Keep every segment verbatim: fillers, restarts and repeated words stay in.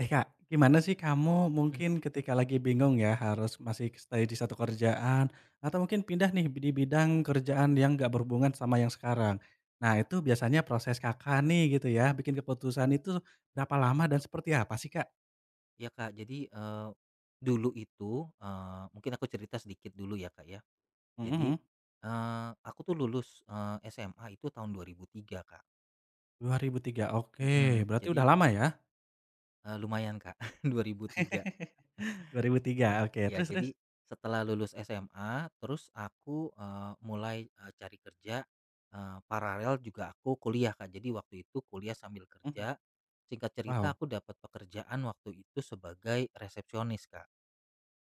Eh, Kak, gimana sih kamu Mhm. mungkin ketika lagi bingung ya harus masih stay di satu kerjaan atau mungkin pindah nih di bidang kerjaan yang nggak berhubungan sama yang sekarang. Nah, itu biasanya proses Kakak nih gitu ya, bikin keputusan itu berapa lama dan seperti apa sih, Kak? Ya Kak, jadi, eee, dulu itu, eee, mungkin aku cerita sedikit dulu ya Kak ya. Mhm, Jadi, mhm, eee, aku tuh lulus, eee, S M A itu tahun dua ribu tiga Kak, dua ribu tiga. Oke, mhm, berarti udah jadi, lama ya? eee, lumayan Kak, dua ribu tiga. Dua ribu tiga. Oke, Ya terus terus? jadi setelah lulus S M A terus aku, eee, mulai, eee, cari kerja, eee, paralel juga aku kuliah Kak, jadi waktu itu kuliah sambil Mhm, kerja. Singkat cerita wow. aku dapat pekerjaan waktu itu sebagai resepsionis Kak.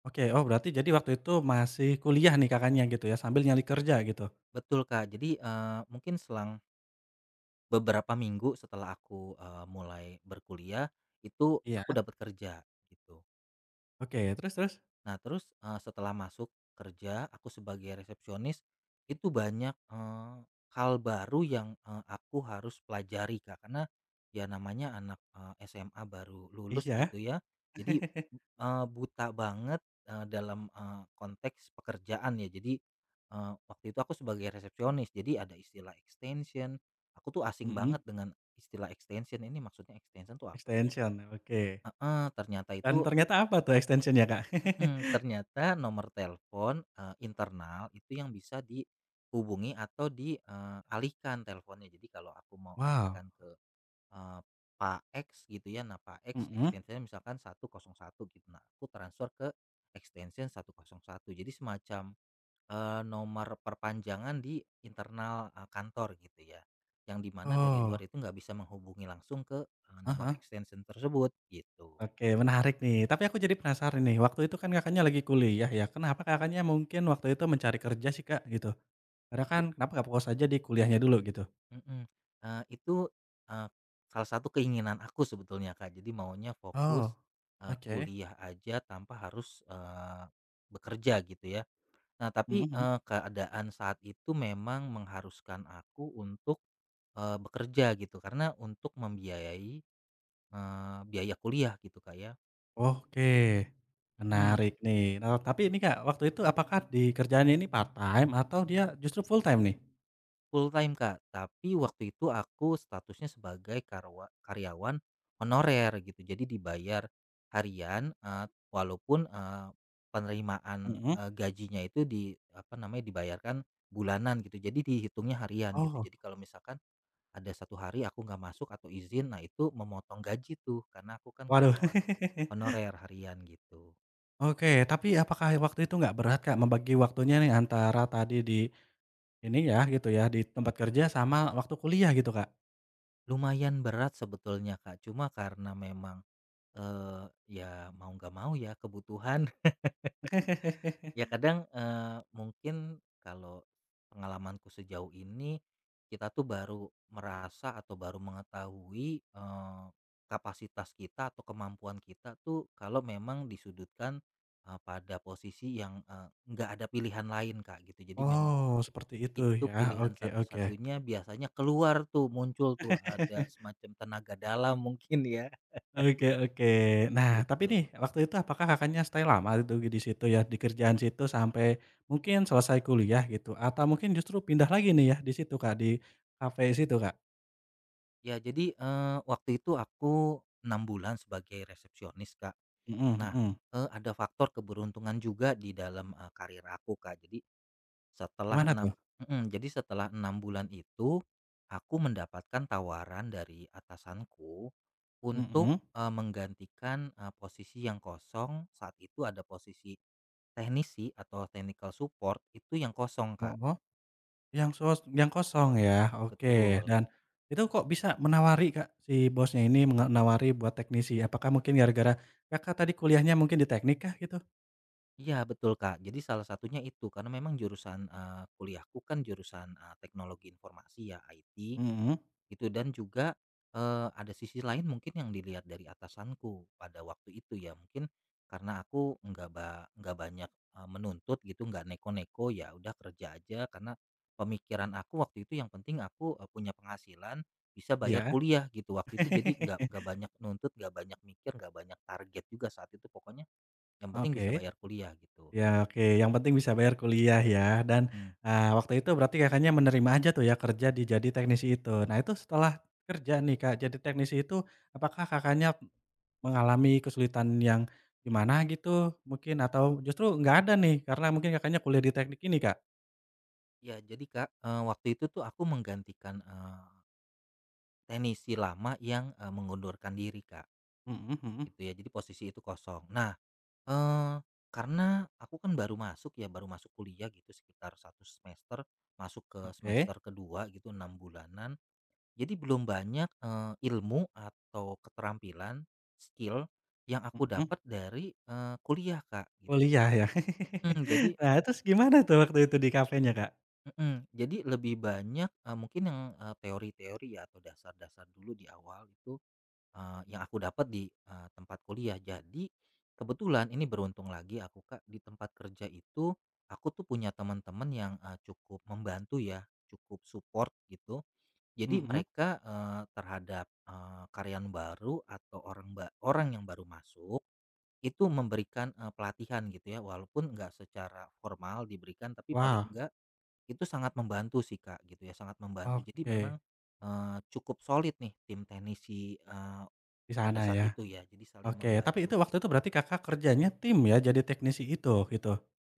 Oke, oh berarti jadi waktu itu masih kuliah nih Kakaknya gitu ya, sambil nyali kerja gitu? Betul Kak, jadi, eee, mungkin selang beberapa minggu setelah aku, eee, mulai berkuliah, itu Iya, aku dapat kerja, gitu. oke, terus terus? Nah terus, eee, setelah masuk kerja aku sebagai resepsionis, itu banyak, eee, hal baru yang, eee, aku harus pelajari Kak, karena ya namanya anak, eee, S M A baru lulus Iya. gitu ya. Jadi, eee, buta banget, eee, dalam, eee, konteks pekerjaan ya. Jadi, eee, waktu itu aku sebagai resepsionis, jadi ada istilah extension, aku tuh asing Mhm, banget dengan istilah extension, "Ini maksudnya extension tuh apa sih?" extension, oke. Heeh. ternyata Dan itu ternyata apa tuh extension-nya, Kak? Mhm, ternyata nomor telepon, eee, internal itu yang bisa dihubungi atau dialihkan teleponnya. Jadi kalau aku mau Wow, alihkan ke, eee, Pak X gitu ya, nah Pak X mhm, extension-nya misalkan seratus satu gitu, nah aku transfer ke extension seratus satu. Jadi semacam, eee, nomor perpanjangan di internal, eee, kantor gitu ya, yang dimana dari oh, luar itu nggak bisa menghubungi langsung ke, eee, nomor ah extension tersebut, gitu. oke menarik nih, tapi aku jadi penasaran nih, waktu itu kan Kakaknya lagi kuliah ya, kenapa Kakaknya mungkin waktu itu mencari kerja sih, Kak, gitu? Karena kan kenapa nggak fokus aja di kuliahnya dulu gitu? Mhm, eee, itu, eee, salah satu keinginan aku sebetulnya, Kak. Jadi maunya Oh, fokus, eee, oke, kuliah aja tanpa harus, eee, bekerja gitu ya. Nah mhm tapi, mhm, eee, keadaan saat itu memang mengharuskan aku untuk, eee, bekerja gitu karena untuk membiayai, eee, biaya kuliah gitu, Kak, ya. oke, Mhm. menarik nih. Nah, tapi ini, Kak, waktu itu apakah di kerjaannya ini part time atau dia justru full time nih? Full time, Kak, tapi waktu itu aku statusnya sebagai karwa karyawan honorer gitu. Jadi dibayar harian, eee, walaupun, eee, penerimaan, Mhm, eee, gajinya itu di apa namanya, dibayarkan bulanan gitu. Jadi dihitungnya harian gitu. oh, Jadi kalau misalkan ada satu hari aku nggak masuk atau izin, nah itu memotong gaji tuh, karena aku kan waduh. karyawan honorer harian gitu. Oke, tapi apakah waktu itu nggak berat, Kak, membagi waktunya nih antara tadi di ini ya, gitu ya, di tempat kerja sama waktu kuliah gitu, Kak? Lumayan berat sebetulnya, Kak, cuma karena memang, eee, ya mau nggak mau ya kebutuhan. Ya kadang, eee, mungkin kalau pengalamanku sejauh ini, kita tuh baru merasa atau baru mengetahui, eee, kapasitas kita atau kemampuan kita tuh kalau memang disudutkan, eee, pada posisi yang, eee, nggak ada pilihan lain, Kak, gitu. Jadi memang Oh, seperti itu itu ya, pilihan oke oke. satu-satunya biasanya keluar tuh, muncul tuh ada semacam tenaga dalam mungkin ya, Oke oke. Nah, tapi nih gitu. waktu itu apakah Kakaknya stay lama itu di situ ya, di kerjaan situ sampai mungkin selesai kuliah gitu, atau mungkin justru pindah lagi nih ya di situ, Kak, di kafe situ, Kak? Ya jadi, eee, waktu itu aku enam bulan sebagai resepsionis, Kak. Mhm Nah, mhm. eee, ada faktor keberuntungan juga di dalam, eee, karir aku, Kak. Jadi setelah Gimana enam tuh? mhm, jadi setelah enam bulan itu, aku mendapatkan tawaran dari atasanku untuk, Mhm. eee, menggantikan, eee, posisi yang kosong, saat itu ada posisi teknisi atau technical support itu yang kosong, Oh. Kak. Oh. Yang sos yang kosong ya? Oke. Betul. Dan itu kok bisa menawari Kak, si bosnya ini menawari buat teknisi? Apakah mungkin gara-gara Kakak tadi kuliahnya mungkin di teknik kah gitu? Iya, betul, Kak. Jadi salah satunya itu, karena memang jurusan, eee, kuliahku kan jurusan, eee, teknologi informasi ya, I T. Mhm, Gitu dan juga, eee, ada sisi lain mungkin yang dilihat dari atasanku pada waktu itu ya, mungkin karena aku nggak ba nggak banyak, eee, menuntut gitu, nggak neko-neko, ya udah kerja aja karena pemikiran aku waktu itu yang penting aku, eee, punya penghasilan, bisa bayar iya. kuliah gitu waktu itu. Jadi nggak nggak banyak nuntut, nggak banyak mikir, nggak banyak target juga saat itu pokoknya yang penting bisa Oke. bayar kuliah gitu. Ya oke, yang penting bisa bayar kuliah ya dan, Mhm. eee, waktu itu berarti Kakaknya menerima aja tuh ya kerja di jadi teknisi itu. Nah itu setelah kerja nih Kak jadi teknisi itu, apakah Kakaknya mengalami kesulitan yang gimana gitu mungkin atau justru nggak ada nih karena mungkin Kakaknya kuliah di teknik ini, Kak? Ya jadi Kak, eee, waktu itu tuh aku menggantikan, eee, teknisi lama yang, eee, mengundurkan diri Kak. Mhm mhm. Gitu ya, jadi posisi itu kosong. Nah, eee, karena aku kan baru masuk ya, baru masuk kuliah gitu sekitar satu semester, masuk ke Oke. semester kedua gitu, enam bulanan. Jadi belum banyak, eee, ilmu atau keterampilan, skill yang aku Mhm. dapat dari, eee, kuliah, Kak, gitu ya. Kuliah ya. Mhm, jadi Nah, terus gimana tuh waktu itu di kafenya, Kak? mhm, jadi lebih banyak, eee, mungkin yang, eee, teori-teori ya atau dasar-dasar dulu di awal itu Eee, yang aku dapat di, eee, tempat kuliah. Jadi, kebetulan ini beruntung lagi aku Kak, di tempat kerja itu aku tuh punya teman-teman yang, eee, cukup membantu ya, cukup support gitu. Jadi Mhm. mereka, eee, terhadap, eee, karyawan baru atau orang ba orang yang baru masuk, itu memberikan, eee, pelatihan gitu ya, walaupun nggak secara formal diberikan, tapi paling Wow, enggak itu sangat membantu sih Kak, gitu ya, sangat membantu. Jadi memang, oke. eee, cukup solid nih tim teknisi, eh, Di pada sana saat ya. itu ya, jadi saling Oke, tapi itu membantu. waktu itu berarti Kakak kerjanya tim ya jadi teknisi itu gitu?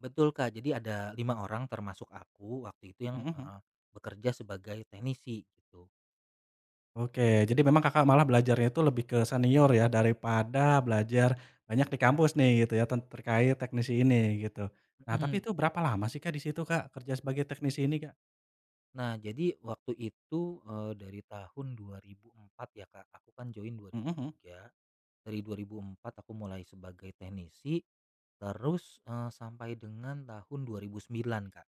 Betul, Kak, jadi ada lima orang termasuk aku waktu itu yang, Mhm mhm. eee, bekerja sebagai teknisi gitu, Oke, jadi memang Kakak malah belajarnya itu lebih ke senior ya, daripada belajar banyak di kampus nih gitu ya, ten terkait teknisi ini gitu. Nah tapi mhm. itu berapa lama sih Kak, di situ Kak, kerja sebagai teknisi ini Kak? Nah, jadi waktu itu, eee, dari tahun dua ribu empat ya, Kak, aku kan join Mhm mhm. dua ribu tiga, dari dua ribu empat aku mulai sebagai teknisi, terus, eee, sampai dengan tahun dua ribu sembilan, Kak.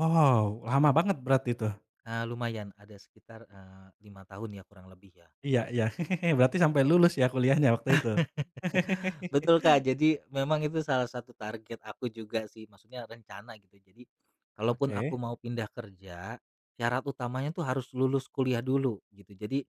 Wow, lama banget berarti itu. Eee, lumayan ada sekitar, eee, lima tahun ya kurang lebih ya. Iya iya, berarti sampai lulus ya kuliahnya waktu itu? Betul, Kak. Jadi memang itu salah satu target aku juga sih, maksudnya rencana gitu. Jadi kalaupun aku Oke, mau pindah kerja, syarat utamanya tuh harus lulus kuliah dulu gitu. Jadi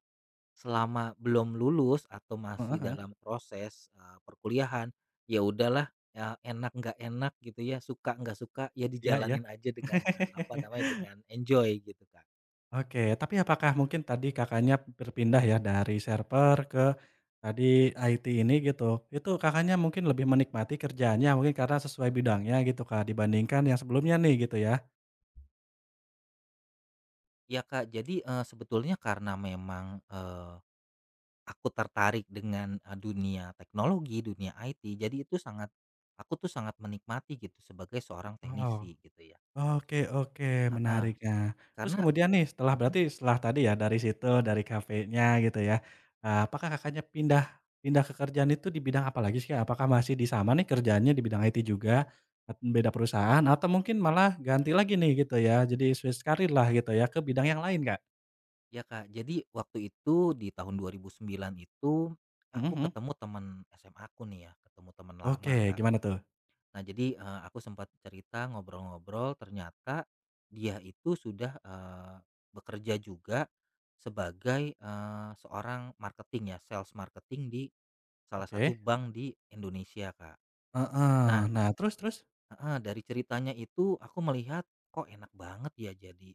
selama belum lulus atau masih heeh heeh, dalam proses, eee, perkuliahan, ya udahlah, ya enak nggak enak gitu ya, suka nggak suka, ya iya iya. dijalanin aja dengan, eee, apa namanya, dengan enjoy gitu, Kak. Oke, tapi apakah mungkin tadi Kakaknya berpindah ya dari server ke tadi I T ini gitu, itu Kakaknya mungkin lebih menikmati kerjaannya mungkin karena sesuai bidangnya gitu, Kak, dibandingkan yang sebelumnya nih gitu ya? Iya, Kak, jadi, eee, sebetulnya karena memang, aku tertarik dengan, eee, dunia teknologi, dunia I T, jadi itu sangat aku tuh sangat menikmati gitu sebagai seorang Oh. teknisi gitu ya. Oke oke, Ah, menarik. Nah, terus karena kemudian nih setelah mhm, berarti setelah tadi ya dari situ, dari kafenya gitu ya, eee, apakah Kakaknya pindah pindah ke kerjaan itu di bidang apa lagi sih, Kak? Apakah masih di sama nih kerjaannya di bidang I T juga, at beda perusahaan atau mungkin malah ganti lagi nih gitu ya, jadi switch karir lah gitu ya ke bidang yang lain, Kak? ya Kak, jadi waktu itu di tahun dua ribu sembilan itu, Mhm aku mhm. ketemu temen S M A aku nih ya, ketemu teman lama Oke, kan. gimana tuh? Nah, jadi, eee, aku sempat cerita, ngobrol-ngobrol, ternyata dia itu sudah, eee, bekerja juga sebagai, eee, seorang marketing ya, sales marketing di salah satu Oke. bank di Indonesia, Kak. Heeh. Nah Nah, terus terus? heeh, dari ceritanya itu aku melihat, kok enak banget ya jadi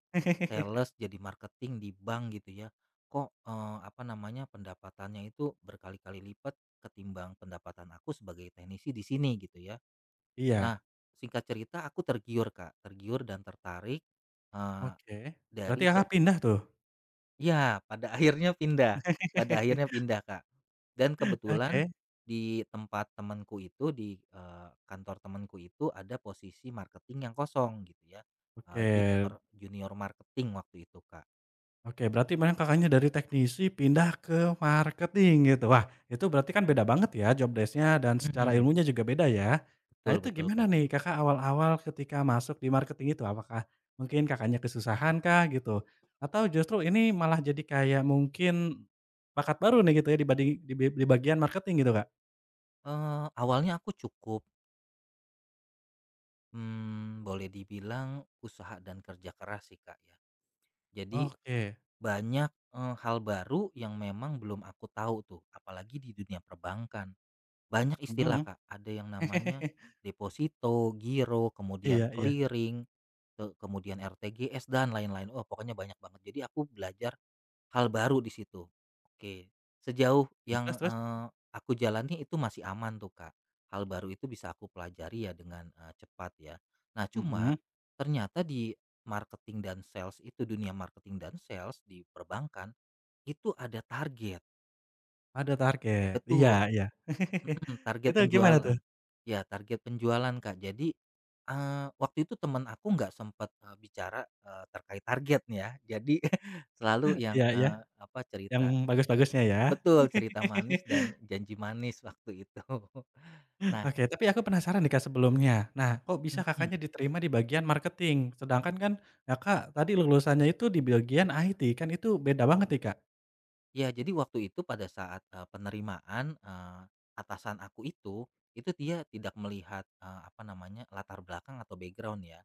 sales, jadi marketing di bank gitu ya. Kok, eee, apa namanya, pendapatannya itu berkali-kali lipat ketimbang pendapatan aku sebagai teknisi di sini gitu ya. Iya, Nah, singkat cerita aku tergiur, Kak, tergiur dan tertarik, eee, oke. Berarti dari ce Kakak pindah tuh? ya, pada akhirnya pindah pada akhirnya pindah, Kak. Dan kebetulan Oke di tempat temanku itu, di, eee, kantor temanku itu ada posisi marketing yang kosong gitu ya, eee, junior oke. junior marketing waktu itu, Kak. Oke, berarti memang Kakaknya dari teknisi pindah ke marketing gitu. Wah, itu berarti kan beda banget ya job desk-nya dan secara Mhm, ilmunya juga beda ya. Nah, Betul itu betul, gimana Kak. nih Kakak awal-awal ketika masuk di marketing itu? Apakah mungkin Kakaknya kesusahan kah gitu? Atau justru ini malah jadi kayak mungkin bakat baru nih gitu ya di bading di di bagian marketing gitu, Kak? Eee, awalnya aku cukup, mmm, boleh dibilang usaha dan kerja keras sih, Kak, ya. Jadi Oke, banyak, eee, hal baru yang memang belum aku tahu tuh, apalagi di dunia perbankan. Banyak istilah, mhm. Kak, ada yang namanya deposito, giro, kemudian Iya iya. clearing, ke kemudian R T G S dan lain-lain. Oh pokoknya banyak banget. Jadi aku belajar hal baru di situ. Oke, sejauh Terus yang, terus? eee, aku jalani itu masih aman tuh, Kak. Hal baru itu bisa aku pelajari ya dengan, eee, cepat ya. Nah, Mhm, cuma ternyata di marketing dan sales itu, dunia marketing dan sales di perbankan itu ada target, ada target. Iya betul, iya. mhm, target Itu gimana tuh? penjualan. Mhm. Ya target penjualan, Kak. Jadi, eee, waktu itu teman aku nggak sempet, eee, bicara, eee, terkait target nih ya. Jadi selalu yang, Iya iya. eee, apa, Yang cerita bagus-bagusnya ya. betul, cerita manis dan janji manis waktu itu. Nah, Oke, tapi aku penasaran nih, Kak, sebelumnya. Nah, kok bisa Kakaknya diterima di bagian marketing? Sedangkan kan Kakak tadi lulusannya itu di bagian I T, kan itu beda banget nih, Kak. ya, jadi waktu itu pada saat, eee, penerimaan, eee, atasan aku itu, itu dia tidak melihat, eee, apa namanya, latar belakang atau background ya.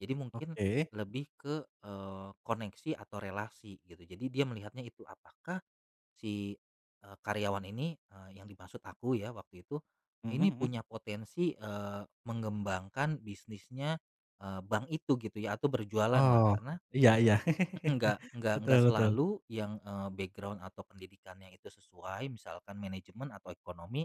Jadi mungkin Oke. lebih ke, eee, koneksi atau relasi gitu. Jadi dia melihatnya itu apakah si, eee, karyawan ini, eee, yang dimaksud aku ya waktu itu, Mhm ini mhm. punya potensi, eee, mengembangkan bisnisnya, eee, bank itu gitu ya atau berjualan lah. Wow, Karena iya iya. Enggak enggak Betul enggak betul. selalu yang, eee, background atau pendidikannya itu sesuai, misalkan manajemen atau ekonomi,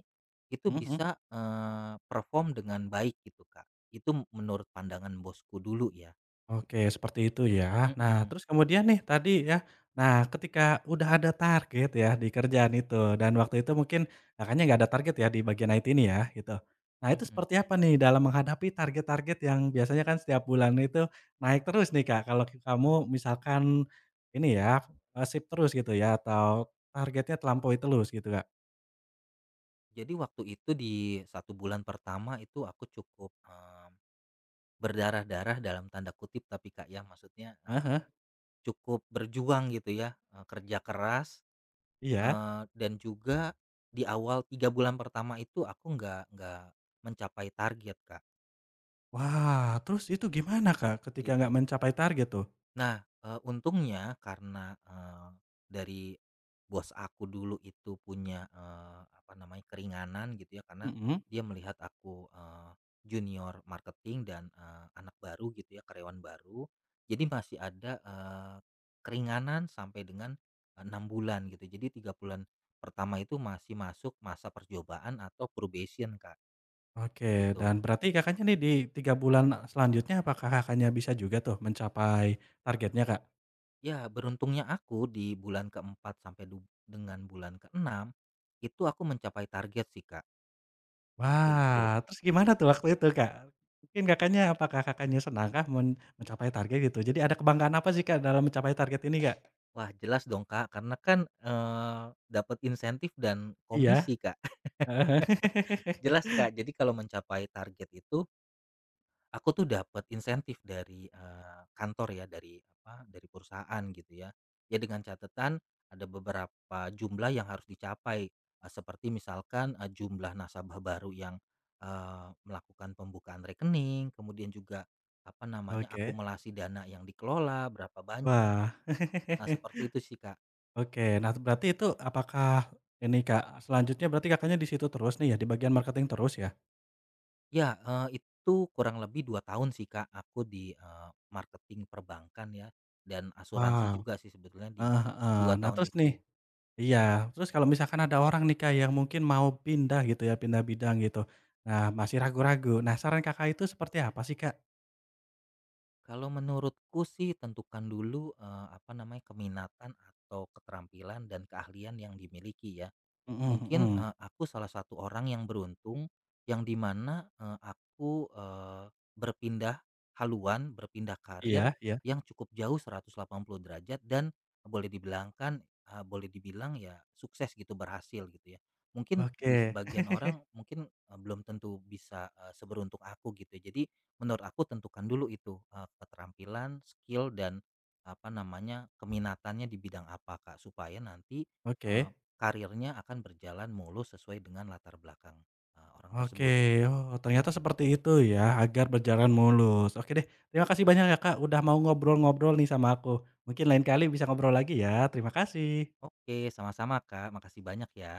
itu Mhm mhm. bisa, eee, perform dengan baik gitu, Kak. Itu menurut pandangan bosku dulu ya. Oke, seperti itu ya. Nah, Mhm, terus kemudian nih tadi ya, nah ketika udah ada target ya di kerjaan itu dan waktu itu mungkin Kakaknya nggak ada target ya di bagian I T ini ya, gitu. Nah, itu mhm. seperti apa nih dalam menghadapi target-target yang biasanya kan setiap bulan itu naik terus nih Kak, kalau kamu misalkan ini ya, eee, shift terus gitu ya atau targetnya terlampaui terus gitu, Kak? Jadi waktu itu di satu bulan pertama itu aku cukup, eee, "berdarah-darah" dalam tanda kutip tapi, Kak, ya, maksudnya, eee, Heeh, cukup berjuang gitu ya, eee, kerja keras. iya. Eee, dan juga di awal tiga bulan pertama itu aku nggak nggak mencapai target, Kak, Wah, terus itu gimana Kak ketika nggak gitu. mencapai target tuh? Nah, eee, untungnya karena, eee, dari bos aku dulu itu punya, eee, apa namanya, keringanan gitu ya, karena Mhm. dia melihat aku, eee, junior marketing dan, eee, anak baru gitu ya, karyawan baru. Jadi masih ada, eee, keringanan sampai dengan, eee, enam bulan gitu. Jadi tiga bulan pertama itu masih masuk masa percobaan atau probation, Kak, Oke, dan gitu. berarti Kakaknya nih di tiga bulan selanjutnya apakah Kakaknya bisa juga tuh mencapai targetnya, Kak? Ya, beruntungnya aku di bulan keempat sampai du dengan bulan keenam itu aku mencapai target sih, Kak, waktu itu. Wah, terus gimana tuh waktu itu, Kak? Mungkin Ye Kakaknya apakah Kakaknya senangkah men mencapai target gitu? Jadi ada kebanggaan apa sih, Kak, dalam mencapai target ini, Kak? wah, jelas dong, Kak, karena kan, eee, dapat insentif dan komisi, Iya, Kak. Jelas, Kak, jadi kalau mencapai target itu aku tuh dapat insentif dari, eee, kantor ya, dari apa, dari perusahaan gitu ya. Ya dengan catatan ada beberapa jumlah yang harus dicapai, eee, seperti misalkan, eee, jumlah nasabah baru yang, eee, melakukan pembukaan rekening, kemudian juga apa namanya, Oke, akumulasi dana yang dikelola berapa banyak. wah. Nah seperti itu sih, Kak. Oke, nah berarti itu apakah ini, Kak, selanjutnya berarti Kakaknya di situ terus nih ya, di bagian marketing terus ya? Ya, eee, itu kurang lebih dua tahun sih, Kak, aku di, eee, marketing perbankan ya, dan asuransi Wow, juga sih sebetulnya di heeh heeh. dua Nah tahun terus nih itu. Iya, terus kalau misalkan ada orang nih, Kak, yang mungkin mau pindah gitu ya, pindah bidang gitu. Nah, masih ragu-ragu. Nah, saran Kakak itu seperti apa sih, Kak? Kalau menurutku sih tentukan dulu, eee, apa namanya, keminatan atau keterampilan dan keahlian yang dimiliki ya. Mhm Mungkin, mhm. eee, aku salah satu orang yang beruntung yang dimana mana, aku, eee, berpindah haluan, berpindah karir Iya iya. yang cukup jauh seratus delapan puluh derajat dan boleh dibilangkan eee, boleh dibilang ya sukses gitu, berhasil gitu ya. Mungkin di Oke sebagian orang mungkin, eee, belum tentu bisa, eee, seberuntung aku gitu ya. Jadi menurut aku tentukan dulu itu, eee, keterampilan, skill dan apa namanya, keminatannya di bidang apa, Kak, supaya nanti, oke karirnya akan berjalan mulus sesuai dengan latar belakang, eee, orang oke. tersebut. Oh, ternyata seperti itu ya, agar berjalan mulus. Oke deh, terima kasih banyak ya, Kak, udah mau ngobrol-ngobrol nih sama aku. Mungkin lain kali bisa ngobrol lagi ya. Terima kasih. Oke, sama-sama Kak, makasih banyak ya.